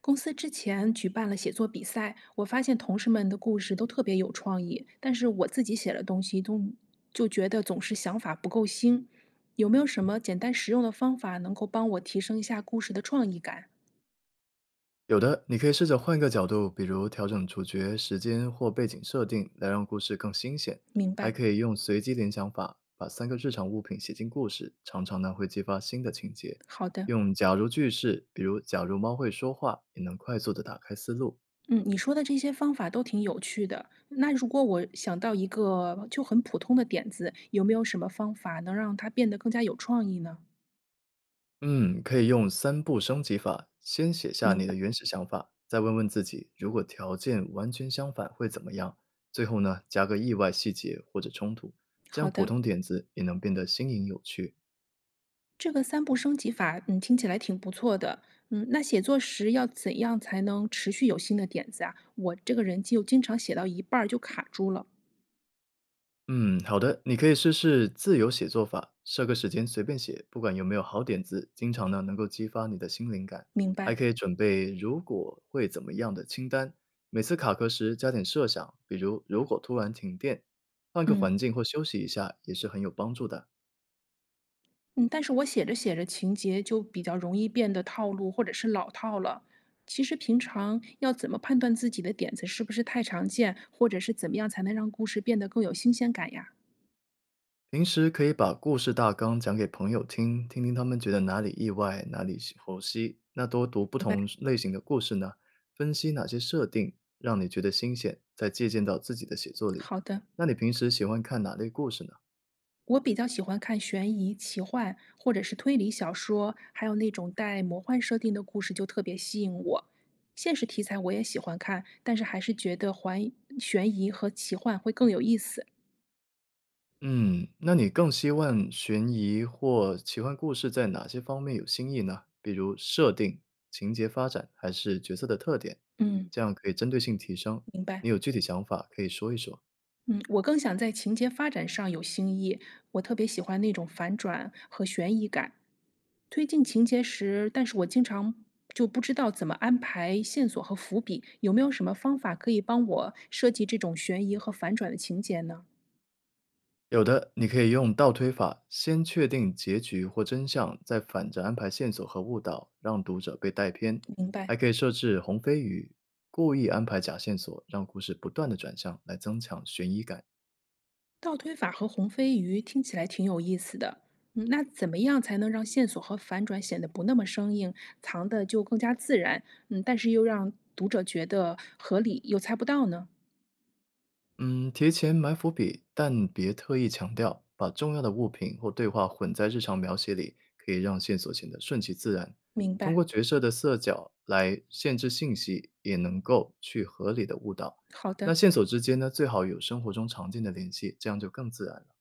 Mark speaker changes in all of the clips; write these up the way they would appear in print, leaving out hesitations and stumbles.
Speaker 1: 公司之前举办了写作比赛，我发现同事们的故事都特别有创意，但是我自己写的东西都就觉得总是想法不够新。有没有什么简单实用的方法能够帮我提升一下故事的创意感？
Speaker 2: 有的，你可以试着换个角度，比如调整主角、时间或背景设定，来让故事更新鲜。
Speaker 1: 明
Speaker 2: 还
Speaker 1: 白，
Speaker 2: 可以用随机联想法，把3个日常物品写进故事，常常呢会激发新的情节。
Speaker 1: 好的，
Speaker 2: 用假如句式，比如假如猫会说话，也能快速的打开思路。
Speaker 1: 嗯，你说的这些方法都挺有趣的。那如果我想到一个就很普通的点子，有没有什么方法能让它变得更加有创意呢？
Speaker 2: 嗯，可以用3步升级法，先写下
Speaker 1: 明
Speaker 2: 你的
Speaker 1: 白，
Speaker 2: 原始想法，再问问自己，如果条件完全相反会怎么样？最后呢，加个意外细节或者冲突，这样
Speaker 1: 好
Speaker 2: 普
Speaker 1: 的。
Speaker 2: 通点子也能变得新颖有趣。
Speaker 1: 这个三步升级法，嗯，听起来挺不错的。嗯，那写作时要怎样才能持续有新的点子啊？我这个人就经常写到一半儿就卡住了。
Speaker 2: 嗯，好的，你可以试试自由写作法，设个时间随便写，不管有没有好点子，经常呢能够激发你的新灵感。
Speaker 1: 明
Speaker 2: 还
Speaker 1: 白。
Speaker 2: 可以准备如果会怎么样的清单，每次卡壳时加点设想，比如如果突然停电，换个
Speaker 1: 嗯
Speaker 2: 环境或休息一下也是很有帮助的。
Speaker 1: 嗯，但是我写着写着情节就比较容易变得套路或者是老套了。其实平常要怎么判断自己的点子是不是太常见，或者是怎么样才能让故事变得更有新鲜感呀？
Speaker 2: 平时可以把故事大纲讲给朋友听，听听他们觉得哪里意外，哪里喜剖析。那多读
Speaker 1: 明
Speaker 2: 不同
Speaker 1: 白。
Speaker 2: 类型的故事呢，分析哪些设定让你觉得新鲜，再借鉴到自己的写作里。
Speaker 1: 好的。
Speaker 2: 那你平时喜欢看哪类故事呢？
Speaker 1: 我比较喜欢看悬疑、奇幻或者是推理小说，还有那种带魔幻设定的故事就特别吸引我。现实题材我也喜欢看，但是还是觉得还悬疑和奇幻会更有意思。
Speaker 2: 嗯，那你更希望悬疑或奇幻故事在哪些方面有新意呢？比如设定、情节发展，还是角色的特点？
Speaker 1: 嗯，
Speaker 2: 这样可以针对性提升。
Speaker 1: 明
Speaker 2: 你
Speaker 1: 白。
Speaker 2: 有具体想法可以说一说。
Speaker 1: 嗯，我更想在情节发展上有新意，我特别喜欢那种反转和悬疑感。推进情节时，但是我经常就不知道怎么安排线索和伏笔，有没有什么方法可以帮我设计这种悬疑和反转的情节呢？
Speaker 2: 有的，你可以用倒推法，先确定结局或真相，再反着安排线索和误导，让读者被带偏。
Speaker 1: 明白，
Speaker 2: 还可以设置红飞鱼，故意安排假线索，让故事不断的转向，来增强悬疑感。
Speaker 1: 倒推法和红飞鱼听起来挺有意思的。嗯，那怎么样才能让线索和反转显得不那么生硬，藏的就更加自然？嗯，但是又让读者觉得合理又猜不到呢？
Speaker 2: 嗯，提前埋伏笔，但别特意强调。把重要的物品或对话混在日常描写里，可以让线索显得顺其自然。
Speaker 1: 明
Speaker 2: 通
Speaker 1: 白，
Speaker 2: 过角色的色角来限制信息，也能够去合理的误导。
Speaker 1: 好
Speaker 2: 那
Speaker 1: 的。
Speaker 2: 线索之间呢，最好有生活中常见的联系，这样就更自然了。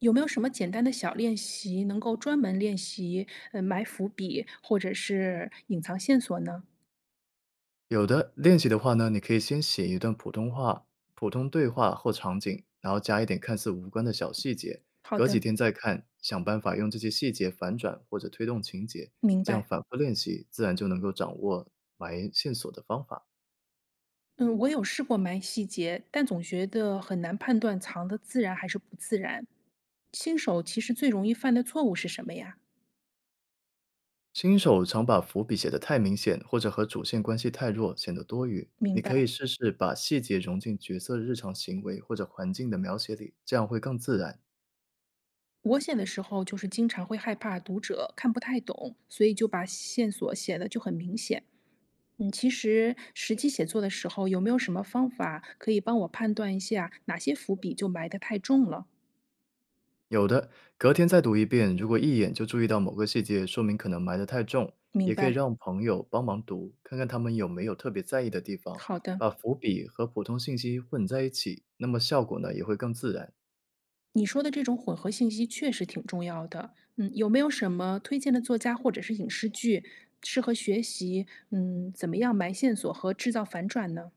Speaker 1: 有没有什么简单的小练习能够专门练习埋伏笔或者是隐藏线索呢？
Speaker 2: 有的，练习的话呢，你可以先写一段普通话、普通对话或场景，然后加一点看似无关的小细节，
Speaker 1: 好
Speaker 2: 隔几
Speaker 1: 的，
Speaker 2: 天再看，想办法用这些细节反转或者推动情节，
Speaker 1: 明
Speaker 2: 这样
Speaker 1: 白。
Speaker 2: 反复练习，自然就能够掌握埋线索的方法。
Speaker 1: 嗯，我有试过埋细节，但总觉得很难判断藏的自然还是不自然。新手其实最容易犯的错误是什么呀？
Speaker 2: 新手常把伏笔写得太明显，或者和主线关系太弱，显得多余。
Speaker 1: 明
Speaker 2: 你可以
Speaker 1: 白，
Speaker 2: 试试把细节融进角色日常行为或者环境的描写里，这样会更自然。
Speaker 1: 我写的时候就是经常会害怕读者看不太懂，所以就把线索写的就很明显。嗯，其实实际写作的时候，有没有什么方法可以帮我判断一下哪些伏笔就埋得太重了？
Speaker 2: 有的，隔天再读一遍，如果一眼就注意到某个细节，说明可能埋得太重，
Speaker 1: 明
Speaker 2: 也可以
Speaker 1: 白，
Speaker 2: 让朋友帮忙读，看看他们有没有特别在意的地方，
Speaker 1: 好的。
Speaker 2: 把伏笔和普通信息混在一起，那么效果呢也会更自然。
Speaker 1: 你说的这种混合信息确实挺重要的。嗯，有没有什么推荐的作家或者是影视剧适合学习？嗯，怎么样埋线索和制造反转呢？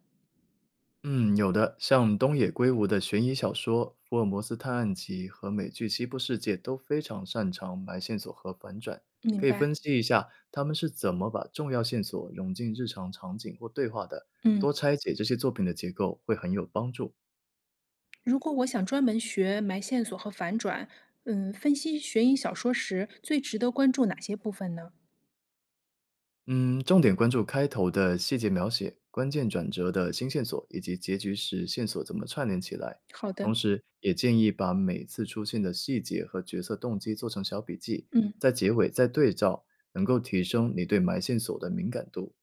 Speaker 2: 嗯，有的，像东野圭吾的悬疑小说《福尔摩斯探案集》和美剧《西部世界》都非常擅长埋线索和反转，
Speaker 1: 明
Speaker 2: 可以
Speaker 1: 白。
Speaker 2: 分析一下他们是怎么把重要线索融进日常场景或对话的，
Speaker 1: 嗯，
Speaker 2: 多拆解这些作品的结构会很有帮助。
Speaker 1: 如果我想专门学埋线索和反转，嗯，分析悬疑小说时最值得关注哪些部分呢？
Speaker 2: 嗯，重点关注开头的细节描写、关键转折的新线索，以及结局时线索怎么串联起来。
Speaker 1: 好的，
Speaker 2: 同时，也建议把每次出现的细节和角色动机做成小笔记，
Speaker 1: 嗯。
Speaker 2: 在结尾再对照，能够提升你对埋线索的敏感度。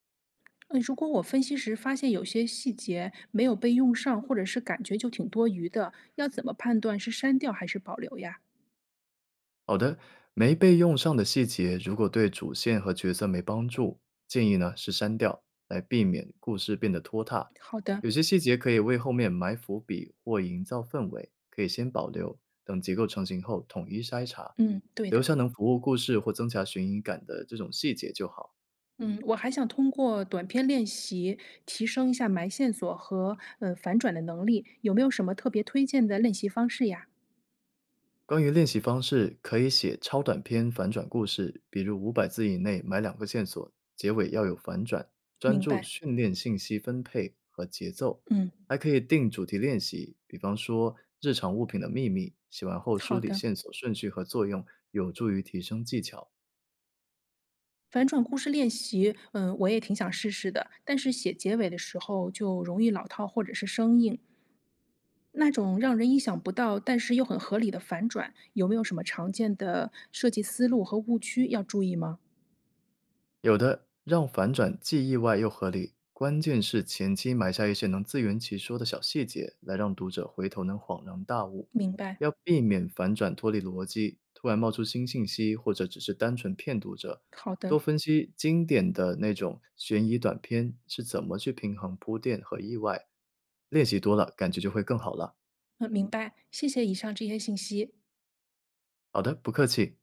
Speaker 1: 如果我分析时发现有些细节没有被用上，或者是感觉就挺多余的，要怎么判断是删掉还是保留呀？
Speaker 2: 好的，没被用上的细节，如果对主线和角色没帮助，建议呢是删掉，来避免故事变得拖沓。
Speaker 1: 好的，
Speaker 2: 有些细节可以为后面埋伏笔或营造氛围，可以先保留，等结构成型后统一筛查，
Speaker 1: 嗯，对
Speaker 2: 留
Speaker 1: 的。
Speaker 2: 下能服务故事或增强悬疑感的这种细节就好。
Speaker 1: 嗯，我还想通过短篇练习提升一下埋线索和反转的能力，有没有什么特别推荐的练习方式呀？
Speaker 2: 关于练习方式，可以写超短篇反转故事，比如500字以内买2个线索，结尾要有反转，专
Speaker 1: 明
Speaker 2: 注
Speaker 1: 白，
Speaker 2: 训练信息分配和节奏。
Speaker 1: 嗯，
Speaker 2: 还可以定主题练习，比方说日常物品的秘密，写完后梳
Speaker 1: 好
Speaker 2: 理
Speaker 1: 的。
Speaker 2: 线索顺序和作用，有助于提升技巧。
Speaker 1: 反转故事练习，嗯，我也挺想试试的，但是写结尾的时候就容易老套或者是生硬。那种让人意想不到但是又很合理的反转，有没有什么常见的设计思路和误区要注意吗？
Speaker 2: 有的让反转既意外又合理，关键是前期埋下一些能自圆其说的小细节，来让读者回头能恍然大悟。
Speaker 1: 明白，
Speaker 2: 要避免反转脱离逻辑，突然冒出新信息，或者只是单纯骗读者。
Speaker 1: 好的，
Speaker 2: 多分析经典的那种悬疑短片是怎么去平衡铺垫和意外，练习多了，感觉就会更好了。
Speaker 1: 嗯，明白，谢谢以上这些信息。
Speaker 2: 好的，不客气。